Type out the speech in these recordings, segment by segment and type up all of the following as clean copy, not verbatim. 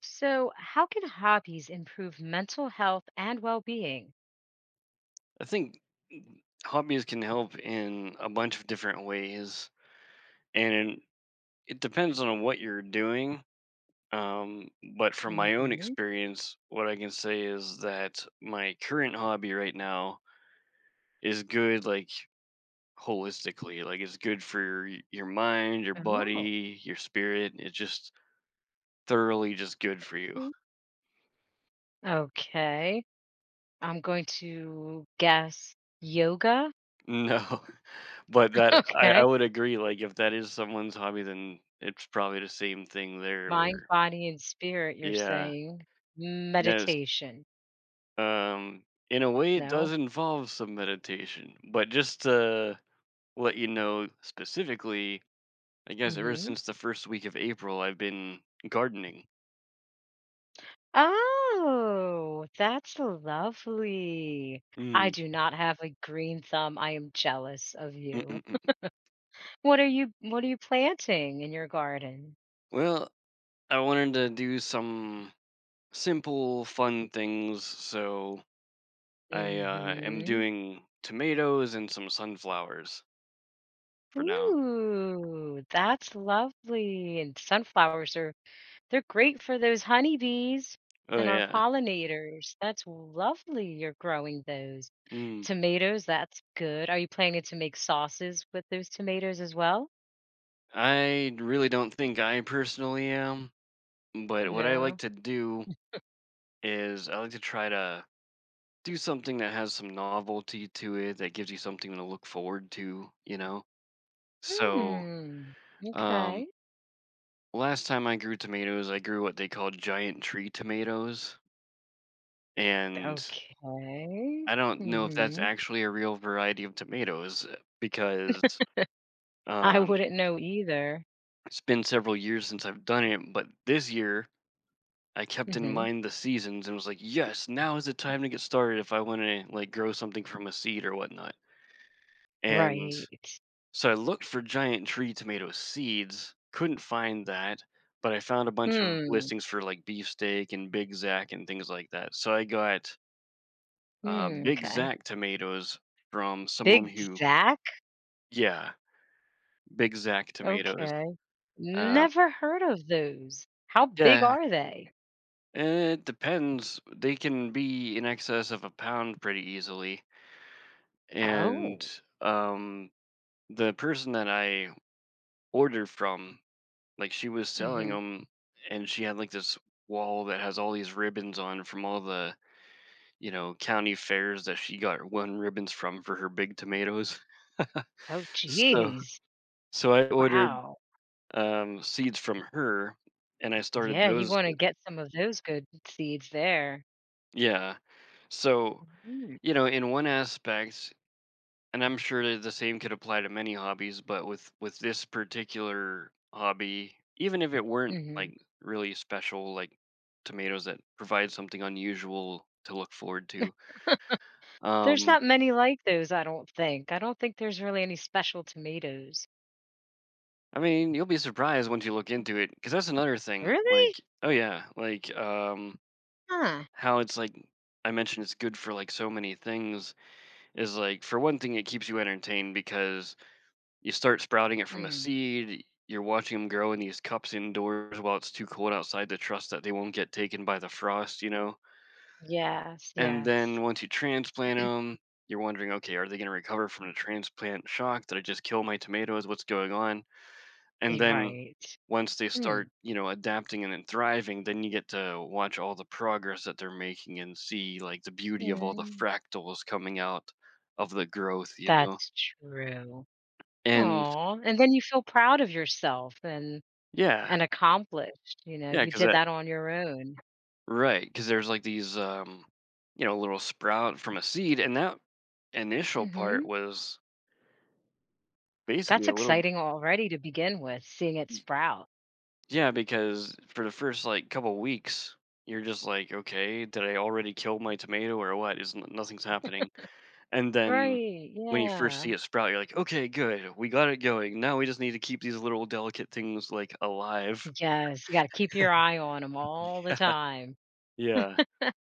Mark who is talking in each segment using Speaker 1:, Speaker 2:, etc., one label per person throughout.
Speaker 1: So, how can hobbies improve mental health and well being?
Speaker 2: I think hobbies can help in a bunch of different ways, and it depends on what you're doing. Um, but from my own
Speaker 1: Hmm.
Speaker 2: experience, what I can say is that my current hobby right now is good, like holistically. Like it's good for your mind, your
Speaker 1: Oh,
Speaker 2: body, your spirit. It's just thoroughly just good for you.
Speaker 1: mm, okay. I'm going to guess yoga.
Speaker 2: No, but that I
Speaker 1: Okay.
Speaker 2: would agree. Like if that is someone's hobby, then it's probably the same thing there.
Speaker 1: Mind,
Speaker 2: Where
Speaker 1: body, and spirit, you're
Speaker 2: yeah,
Speaker 1: saying.
Speaker 2: Yes.
Speaker 1: Meditation.
Speaker 2: Um, in a way, it
Speaker 1: No.
Speaker 2: does involve some meditation, but just to let you know specifically, I guess ever
Speaker 1: Hmm.
Speaker 2: since the first week of April, I've been gardening.
Speaker 1: Oh, that's lovely. I
Speaker 2: Mm,
Speaker 1: do not have a green thumb. I am jealous of
Speaker 2: mm, mm,
Speaker 1: you.
Speaker 2: mm.
Speaker 1: What are you planting in your garden?
Speaker 2: Well, I wanted to do some simple, fun things, so I am
Speaker 1: Mhm.
Speaker 2: doing tomatoes and some sunflowers for now.
Speaker 1: Ooh, that's lovely. And sunflowers are they're great for those honeybees
Speaker 2: Oh,
Speaker 1: and our
Speaker 2: yeah.
Speaker 1: pollinators. That's lovely you're growing those.
Speaker 2: Mm.
Speaker 1: Tomatoes, that's good. Are you planning to make sauces with those tomatoes as well?
Speaker 2: I really don't think I personally am, but what I like
Speaker 1: No.
Speaker 2: to do is I like to try to do something that has some novelty to it that gives you something to look forward to, you know? So,
Speaker 1: Hmm.
Speaker 2: um,
Speaker 1: Okay.
Speaker 2: last time I grew tomatoes, I grew what they call giant tree tomatoes. And
Speaker 1: Okay.
Speaker 2: I don't know if that's
Speaker 1: Hmm.
Speaker 2: actually a real variety of tomatoes because
Speaker 1: I
Speaker 2: um,
Speaker 1: wouldn't know either.
Speaker 2: it's been several years since I've done it. But this year, I kept in
Speaker 1: Hmm.
Speaker 2: mind the seasons and was like, yes, now is the time to get started if I want to like grow something from a seed or whatnot. And
Speaker 1: Right.
Speaker 2: so I looked for giant tree tomato seeds, couldn't find that, but I found a bunch of
Speaker 1: Hmm.
Speaker 2: listings for like beefsteak and Big Zack and things like that. So I got
Speaker 1: Hmm.
Speaker 2: Big
Speaker 1: Okay.
Speaker 2: Zack tomatoes from someone
Speaker 1: Big
Speaker 2: who,
Speaker 1: Zach?
Speaker 2: yeah, Big Zack tomatoes.
Speaker 1: Okay.
Speaker 2: Um,
Speaker 1: Never heard of those. How big
Speaker 2: yeah,
Speaker 1: are they?
Speaker 2: it depends. They can be in excess of a pound pretty easily. And
Speaker 1: Oh,
Speaker 2: um, the person that I ordered from like she was selling
Speaker 1: mhm.
Speaker 2: them, and she had like this wall that has all these ribbons on from all the you know county fairs that she got won ribbons from for her big tomatoes.
Speaker 1: Oh,
Speaker 2: So
Speaker 1: geez.
Speaker 2: so I ordered
Speaker 1: Wow.
Speaker 2: seeds from her, and I started
Speaker 1: Yeah, you
Speaker 2: those.
Speaker 1: wanna get some of those good seeds there.
Speaker 2: Yeah. So
Speaker 1: Mhm,
Speaker 2: you know, in one aspect, and I'm sure that the same could apply to many hobbies, but with this particular hobby, even if it weren't
Speaker 1: mhm.
Speaker 2: like really special, like tomatoes that provide something unusual to look forward to.
Speaker 1: There's
Speaker 2: Um,
Speaker 1: not many like those, I don't think. I don't think there's really any special tomatoes.
Speaker 2: I mean, you'll be surprised once you look into it, because that's another thing.
Speaker 1: Really?
Speaker 2: Like, oh yeah, like
Speaker 1: Huh.
Speaker 2: how it's like I mentioned, it's good for like so many things. Is like for one thing, it keeps you entertained because you start sprouting it from a
Speaker 1: Mm.
Speaker 2: seed. You're watching them grow in these cups indoors while it's too cold outside to trust that they won't get taken by the frost, you know?
Speaker 1: Yes,
Speaker 2: And
Speaker 1: yes.
Speaker 2: then once you transplant them, you're wondering, okay, are they going to recover from the transplant shock? Did I just kill my tomatoes? What's going on? And
Speaker 1: You're
Speaker 2: then
Speaker 1: right.
Speaker 2: once they
Speaker 1: Mm,
Speaker 2: start, you know, adapting and then thriving, then you get to watch all the progress that they're making and see like the beauty of all the
Speaker 1: mm.
Speaker 2: fractals coming out of the growth, you know?
Speaker 1: That's true.
Speaker 2: And
Speaker 1: Oh, and then you feel proud of yourself and
Speaker 2: yeah,
Speaker 1: And accomplished, you know,
Speaker 2: yeah,
Speaker 1: you
Speaker 2: because
Speaker 1: did that on your own.
Speaker 2: right, because there's like these, you know, little sprout from a seed, and that initial part
Speaker 1: Mhm.
Speaker 2: was
Speaker 1: That's
Speaker 2: basically a little,
Speaker 1: exciting already to begin with, seeing it
Speaker 2: y-
Speaker 1: sprout.
Speaker 2: yeah, because for the first like couple weeks, you're just like, okay, did I already kill my tomato or what? Nothing's happening, and then
Speaker 1: Right,
Speaker 2: when you first see
Speaker 1: yeah.
Speaker 2: it sprout, you're like, okay, good, we got it going. Now we just need to keep these little delicate things like alive.
Speaker 1: Yes, you gotta keep your eye on them all the time.
Speaker 2: Yeah.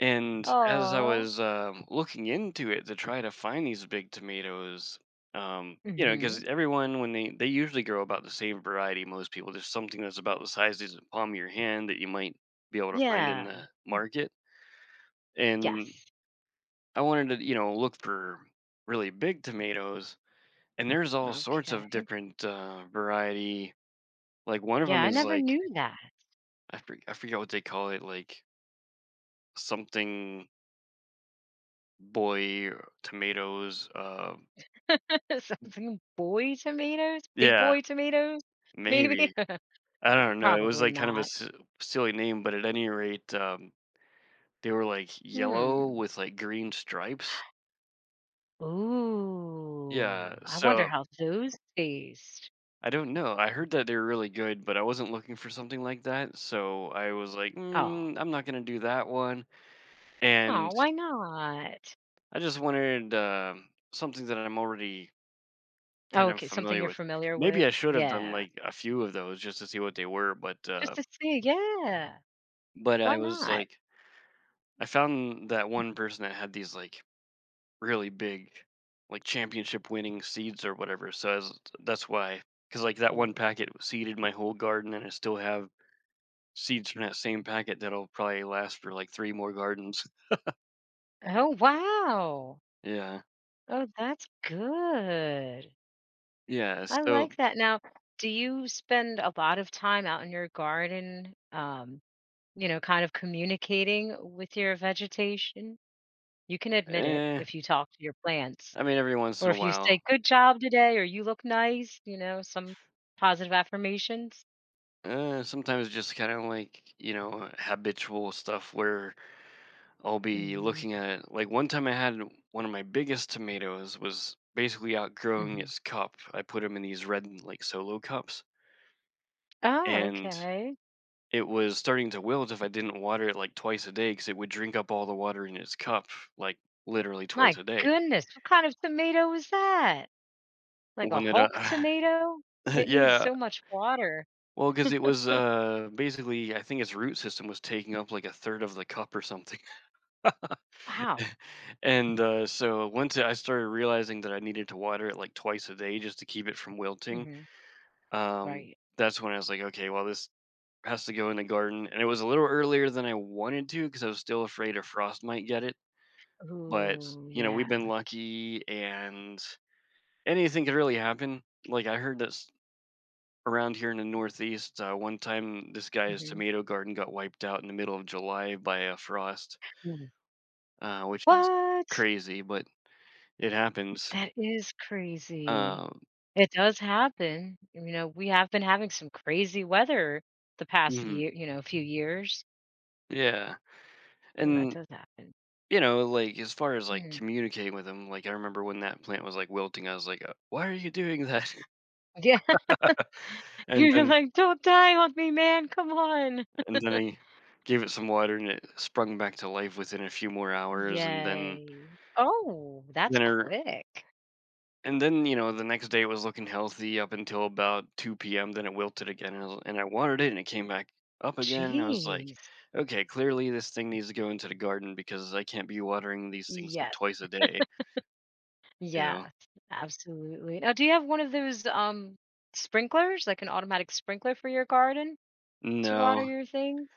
Speaker 2: And as I
Speaker 1: Oh.
Speaker 2: was looking into it to try to find these big tomatoes, you know,
Speaker 1: Mhm.
Speaker 2: because everyone when they usually grow about the same variety. Most people, there's something that's about the size of the palm of your hand that you might be able to find in
Speaker 1: Yeah.
Speaker 2: the market. And
Speaker 1: Yes.
Speaker 2: I wanted to, you know, look for really big tomatoes. And there's all sorts of
Speaker 1: Okay.
Speaker 2: different variety. Like one of
Speaker 1: Yeah,
Speaker 2: them
Speaker 1: I
Speaker 2: is
Speaker 1: never
Speaker 2: like
Speaker 1: knew that.
Speaker 2: I forget what they call it, like something boy tomatoes.
Speaker 1: Something boy tomatoes? Big
Speaker 2: Yeah,
Speaker 1: boy tomatoes? Maybe?
Speaker 2: maybe. I don't know. It was,
Speaker 1: Probably
Speaker 2: like, kind of a
Speaker 1: not.
Speaker 2: s silly name, but at any rate, they were, like, yellow
Speaker 1: Hmm.
Speaker 2: with, like, green stripes. Yeah,
Speaker 1: Ooh, I wonder
Speaker 2: so
Speaker 1: how those taste.
Speaker 2: I don't know. I heard that they were really good, but I wasn't looking for something like that, so I was like,
Speaker 1: Oh.
Speaker 2: "Mm, I'm not gonna do that one,"
Speaker 1: Oh,
Speaker 2: and
Speaker 1: why not?
Speaker 2: I just wanted, something that I'm already
Speaker 1: Oh,
Speaker 2: kind of
Speaker 1: okay, something
Speaker 2: familiar
Speaker 1: you're
Speaker 2: with.
Speaker 1: familiar
Speaker 2: Maybe
Speaker 1: with?
Speaker 2: I should have done,
Speaker 1: Yeah.
Speaker 2: like, a few of those just to see what they were, but,
Speaker 1: Just to see, yeah. Why
Speaker 2: I was
Speaker 1: not?
Speaker 2: like I found that one person that had these, like really big like championship winning seeds or whatever. So as, that's why cuz like that one
Speaker 1: Mm.
Speaker 2: packet seeded my whole garden and I still have seeds from that same packet that'll probably last for like 3 more gardens.
Speaker 1: Oh, wow.
Speaker 2: Yeah.
Speaker 1: Oh, that's good.
Speaker 2: Yeah,
Speaker 1: I like
Speaker 2: so
Speaker 1: that. Now, do you spend a lot of time out in your garden, you know, kind of communicating with your vegetation? You can admit it
Speaker 2: eh,
Speaker 1: if you talk to your plants
Speaker 2: I mean every once
Speaker 1: or
Speaker 2: in a
Speaker 1: if you
Speaker 2: while.
Speaker 1: say, "Good job today," or "You look nice," you know, some positive affirmations?
Speaker 2: Sometimes just kind of like, you know, habitual stuff where I'll be
Speaker 1: Mhm,
Speaker 2: looking at like one time I had one of my biggest tomatoes was basically outgrowing
Speaker 1: mhm.
Speaker 2: its cup. I put them in these red like solo cups
Speaker 1: Oh,
Speaker 2: and
Speaker 1: okay.
Speaker 2: it was starting to wilt if I didn't water it like twice a day because it would drink up all the water in its cup, like literally twice
Speaker 1: My
Speaker 2: a day.
Speaker 1: goodness, what kind of tomato is that? Like a
Speaker 2: When
Speaker 1: Hulk tomato? It needs
Speaker 2: yeah,
Speaker 1: so much water.
Speaker 2: well, because it was basically, I think its root system was taking up like a third of the cup or something.
Speaker 1: Wow.
Speaker 2: And so once I started realizing that I needed to water it like twice a day just to keep it from wilting,
Speaker 1: Mhm.
Speaker 2: um,
Speaker 1: Right.
Speaker 2: that's when I was like, okay, well, this has to go in the garden. And it was a little earlier than I wanted to because I was still afraid a frost might get it. But,
Speaker 1: Ooh,
Speaker 2: you know,
Speaker 1: yeah.
Speaker 2: we've been lucky and anything could really happen. Like I heard this around here in the Northeast, one time this guy's
Speaker 1: Mhm.
Speaker 2: tomato garden got wiped out in the middle of July by a frost,
Speaker 1: Mm.
Speaker 2: which is
Speaker 1: What?
Speaker 2: crazy, but it happens.
Speaker 1: That is crazy.
Speaker 2: Um,
Speaker 1: It does happen. You know, we have been having some crazy weather the past
Speaker 2: mhm,
Speaker 1: year, you know, few years.
Speaker 2: yeah.
Speaker 1: So that
Speaker 2: And,
Speaker 1: does happen.
Speaker 2: you know, like as far as like
Speaker 1: Mm.
Speaker 2: communicating with him, like I remember when that plant was like wilting, I was like, why are you doing that?
Speaker 1: Yeah.
Speaker 2: and
Speaker 1: You're
Speaker 2: then
Speaker 1: like, "Don't die on me, man. Come on."
Speaker 2: And then I gave it some water, and it sprung back to life within a few more hours, and
Speaker 1: Yay. Oh, that's
Speaker 2: then er
Speaker 1: quick.
Speaker 2: then, you know, the next day it was looking healthy up until about 2 p.m., then it wilted again, and I watered it, and it came back up again, I was like,
Speaker 1: Jeez.
Speaker 2: "Okay, clearly this thing needs to go into the garden because I can't be watering these things, like,
Speaker 1: Yes.
Speaker 2: twice a day," you know?
Speaker 1: Yes. Absolutely. Now, do you have one of those sprinklers, like an automatic sprinkler for your garden to water
Speaker 2: No,
Speaker 1: your things?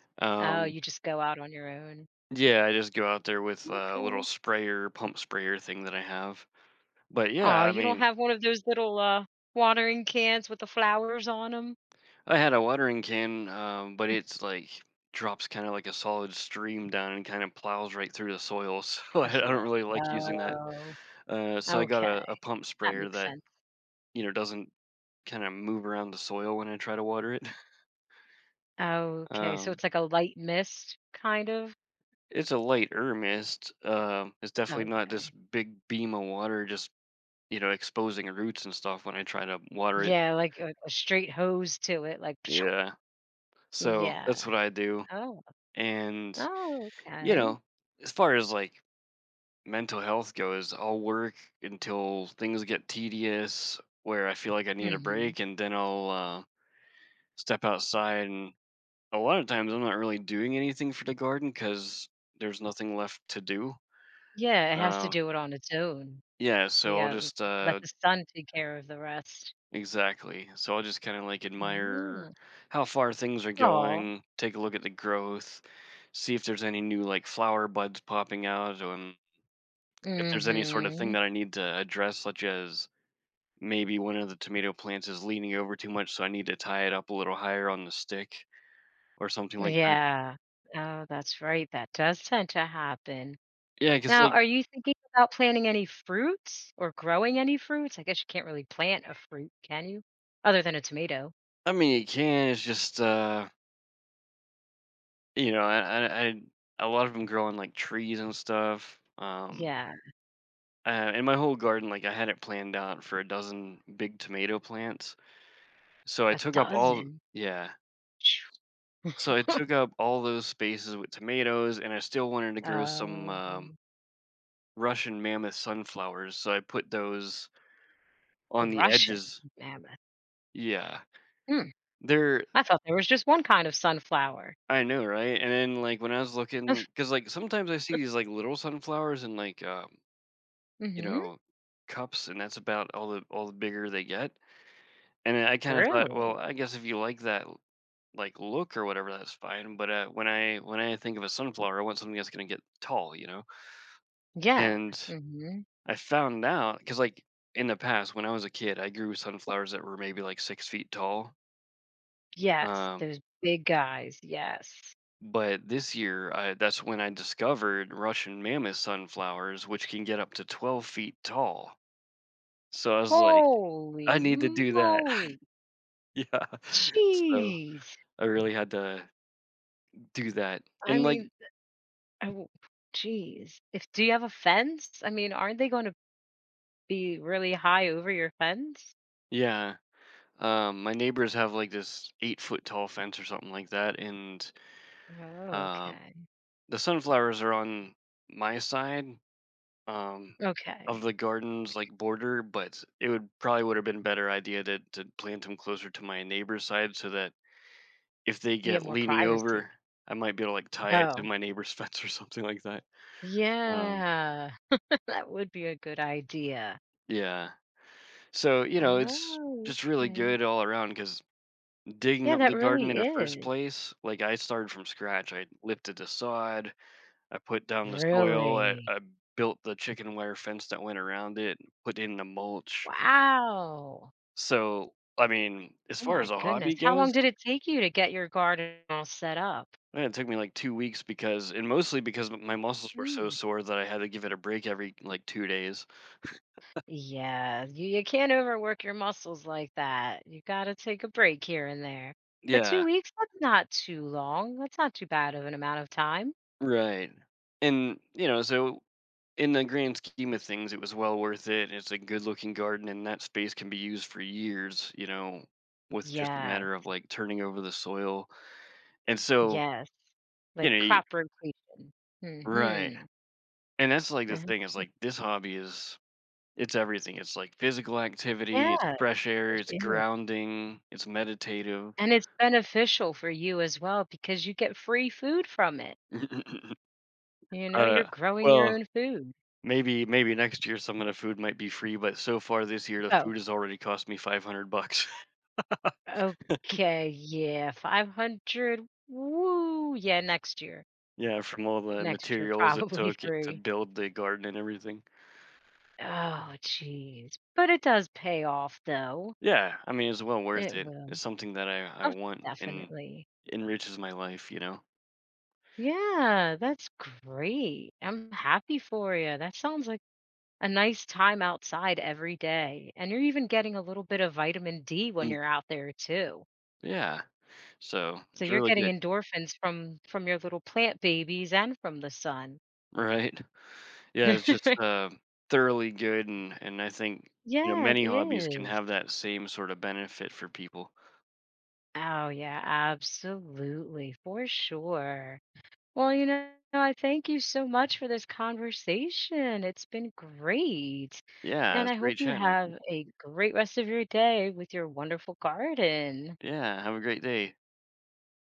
Speaker 1: Oh,
Speaker 2: um
Speaker 1: you just go out on your own.
Speaker 2: Yeah, I just go out there with a little
Speaker 1: Okay.
Speaker 2: sprayer, pump sprayer thing that I have. But, yeah,
Speaker 1: Oh,
Speaker 2: I
Speaker 1: you don't
Speaker 2: mean
Speaker 1: have one of those little watering cans with the flowers on them?
Speaker 2: I had a watering can, but it's like drops kind of like a solid stream down and kind of plows right through the soil. So I don't
Speaker 1: Yeah.
Speaker 2: really like using that.
Speaker 1: Oh.
Speaker 2: So I got
Speaker 1: Okay.
Speaker 2: a pump
Speaker 1: That
Speaker 2: sprayer
Speaker 1: makes
Speaker 2: that
Speaker 1: sense.
Speaker 2: you know doesn't kind of move around the soil when I try to water it.
Speaker 1: Okay. So
Speaker 2: Um,
Speaker 1: it's like a light mist kind of.
Speaker 2: it's a light mist. It's definitely not this
Speaker 1: Okay.
Speaker 2: big beam of water just you know exposing roots and stuff when I try to water it.
Speaker 1: Yeah, like a straight hose to it, like
Speaker 2: Yeah. So that's
Speaker 1: Yeah.
Speaker 2: what I do.
Speaker 1: Oh,
Speaker 2: And
Speaker 1: oh,
Speaker 2: you
Speaker 1: okay.
Speaker 2: know, as far as like mental health goes, I'll work until things get tedious where I feel like I need a
Speaker 1: Mhm.
Speaker 2: break, and then I'll step outside. And a lot of times, I'm not really doing anything for the garden because there's nothing left to do.
Speaker 1: Yeah, it has to
Speaker 2: Uh,
Speaker 1: do it on its own.
Speaker 2: yeah, so I'll
Speaker 1: Yeah,
Speaker 2: just
Speaker 1: let
Speaker 2: uh,
Speaker 1: the sun take care of the rest.
Speaker 2: exactly. So I'll just kind of like admire
Speaker 1: Oh.
Speaker 2: how far things are
Speaker 1: Aw.
Speaker 2: going, take a look at the growth, see if there's any new like flower buds popping out, and if there's any sort of thing
Speaker 1: Mhm.
Speaker 2: that I need to address, such as maybe one of the tomato plants is leaning over too much, so I need to tie it up a little higher on the stick or something like that.
Speaker 1: Yeah. Oh, that's right, that does tend to happen.
Speaker 2: Yeah, because
Speaker 1: Now,
Speaker 2: like,
Speaker 1: are you thinking about planting any fruits or growing any fruits? I guess you can't really plant a fruit, can you? Other than a tomato.
Speaker 2: I mean, you can, it's just, you know, I a lot of them grow on, like, trees and stuff,
Speaker 1: Yeah,
Speaker 2: and my whole garden, like, I had it planned out for a dozen big tomato plants, so I
Speaker 1: a
Speaker 2: took up all
Speaker 1: dozen.
Speaker 2: yeah.
Speaker 1: Phew.
Speaker 2: So I took up all those spaces with tomatoes, and I still wanted to grow some,
Speaker 1: Uh,
Speaker 2: Russian mammoth sunflowers, so I put those on the
Speaker 1: Russian
Speaker 2: edges.
Speaker 1: mammoth.
Speaker 2: Yeah.
Speaker 1: Hmm,
Speaker 2: They're
Speaker 1: I thought there was just one kind of sunflower.
Speaker 2: I know, right? And then, like, when I was looking, because like, sometimes I see these, like, little sunflowers in, like, you
Speaker 1: Mhm.
Speaker 2: know, cups, and that's about all the bigger they get, and I kinda thought, "Well,
Speaker 1: Really?
Speaker 2: I guess if you like that, like, look or whatever, that's fine," but, when I think of a sunflower, I want something that's gonna get tall, you know?
Speaker 1: Yeah.
Speaker 2: And
Speaker 1: Mhm.
Speaker 2: I found out because like, in the past, when I was a kid, I grew sunflowers that were maybe, like, 6 feet tall,
Speaker 1: Yes,
Speaker 2: um
Speaker 1: those big guys, yes.
Speaker 2: But this year, that's when I discovered Russian mammoth sunflowers, which can get up to 12 feet tall. So I was like, I
Speaker 1: Holy
Speaker 2: need to do that.
Speaker 1: moly.
Speaker 2: yeah. So
Speaker 1: Jeez.
Speaker 2: I really had to do that.
Speaker 1: I
Speaker 2: And like,
Speaker 1: mean, oh, jeez. If do you have a fence? I mean, aren't they gonna be really high over your fence?
Speaker 2: yeah, my neighbors have like this 8 foot tall fence or something like that. And
Speaker 1: Oh,
Speaker 2: um,
Speaker 1: okay.
Speaker 2: the sunflowers are on my side um,
Speaker 1: Okay.
Speaker 2: of the garden's like border, but it would probably would have been a better idea to plant them closer to my neighbor's side so that if they
Speaker 1: You get
Speaker 2: get
Speaker 1: more
Speaker 2: leaning
Speaker 1: privacy.
Speaker 2: over, I might be able to, like, tie it to
Speaker 1: Oh,
Speaker 2: my neighbor's fence or something like that. Um,
Speaker 1: yeah. That would be a good idea.
Speaker 2: yeah. So, you know, it's
Speaker 1: Oh,
Speaker 2: just really
Speaker 1: okay.
Speaker 2: good all around because digging
Speaker 1: Yeah,
Speaker 2: up
Speaker 1: that
Speaker 2: the garden
Speaker 1: really
Speaker 2: in the first
Speaker 1: is.
Speaker 2: place, like, I started from scratch. I lifted the sod, I put down the soil, I
Speaker 1: Really?
Speaker 2: I built the chicken wire fence that went around it, put in the mulch.
Speaker 1: Wow.
Speaker 2: So, I mean, as
Speaker 1: Oh
Speaker 2: far
Speaker 1: my
Speaker 2: as a
Speaker 1: goodness.
Speaker 2: hobby
Speaker 1: How
Speaker 2: goes,
Speaker 1: long did it take you to get your garden all set up?
Speaker 2: man, it took me, like, 2 weeks because and mostly because m my muscles were so
Speaker 1: Mm.
Speaker 2: sore that I had to give it a break every, like, 2 days.
Speaker 1: Yeah, you can't overwork your muscles like that. You got to take a break here and there. But two
Speaker 2: Yeah,
Speaker 1: weeks, that's not too long. That's not too bad of an amount of time.
Speaker 2: right. And, you know, so in the grand scheme of things, it was well worth it. It's a good looking garden, and that space can be used for years, you know, with just a
Speaker 1: Yes,
Speaker 2: matter of like turning over the soil. And so,
Speaker 1: yes.
Speaker 2: you
Speaker 1: Like
Speaker 2: know,
Speaker 1: crop rotation.
Speaker 2: right.
Speaker 1: Mm-hmm.
Speaker 2: And that's like the thing is like this hobby is it's everything. It's like physical activity, it's
Speaker 1: Yeah,
Speaker 2: fresh air,
Speaker 1: it
Speaker 2: it's
Speaker 1: is.
Speaker 2: grounding, it's meditative.
Speaker 1: And it's beneficial for you as well because you get free food from it. You know,
Speaker 2: uh,
Speaker 1: you're growing your
Speaker 2: well,
Speaker 1: own food.
Speaker 2: Maybe maybe next year some of the food might be free, but so far this year the
Speaker 1: Oh,
Speaker 2: food has already cost me 500 bucks.
Speaker 1: okay. Yeah, 500. Woo. Yeah, next year.
Speaker 2: Yeah, from all the
Speaker 1: Next year,
Speaker 2: materials it
Speaker 1: probably
Speaker 2: took it to
Speaker 1: three.
Speaker 2: build the garden and everything.
Speaker 1: Oh, geez, but it does pay off, though.
Speaker 2: Yeah, I mean, it's well worth
Speaker 1: It
Speaker 2: it.
Speaker 1: will.
Speaker 2: It's something that I
Speaker 1: Oh,
Speaker 2: want and
Speaker 1: definitely.
Speaker 2: enriches my life, you know?
Speaker 1: Yeah, that's great. I'm happy for you. That sounds like a nice time outside every day. And you're even getting a little bit of vitamin D when
Speaker 2: Mm,
Speaker 1: you're out there too.
Speaker 2: yeah, so
Speaker 1: So
Speaker 2: it's
Speaker 1: you're
Speaker 2: really
Speaker 1: getting
Speaker 2: good,
Speaker 1: endorphins from your little plant babies and from the sun.
Speaker 2: right? Yeah, it's just, thoroughly good, and I think, you know,
Speaker 1: Yeah, it
Speaker 2: many hobbies can
Speaker 1: is.
Speaker 2: have that same sort of benefit for people.
Speaker 1: Oh yeah, absolutely. For sure. Well, you know, I thank you so much for this conversation. It's been great.
Speaker 2: Yeah,
Speaker 1: And
Speaker 2: it's
Speaker 1: I
Speaker 2: great
Speaker 1: hope you
Speaker 2: chatting with you.
Speaker 1: have a great rest of your day with your wonderful garden.
Speaker 2: Yeah, have a great day.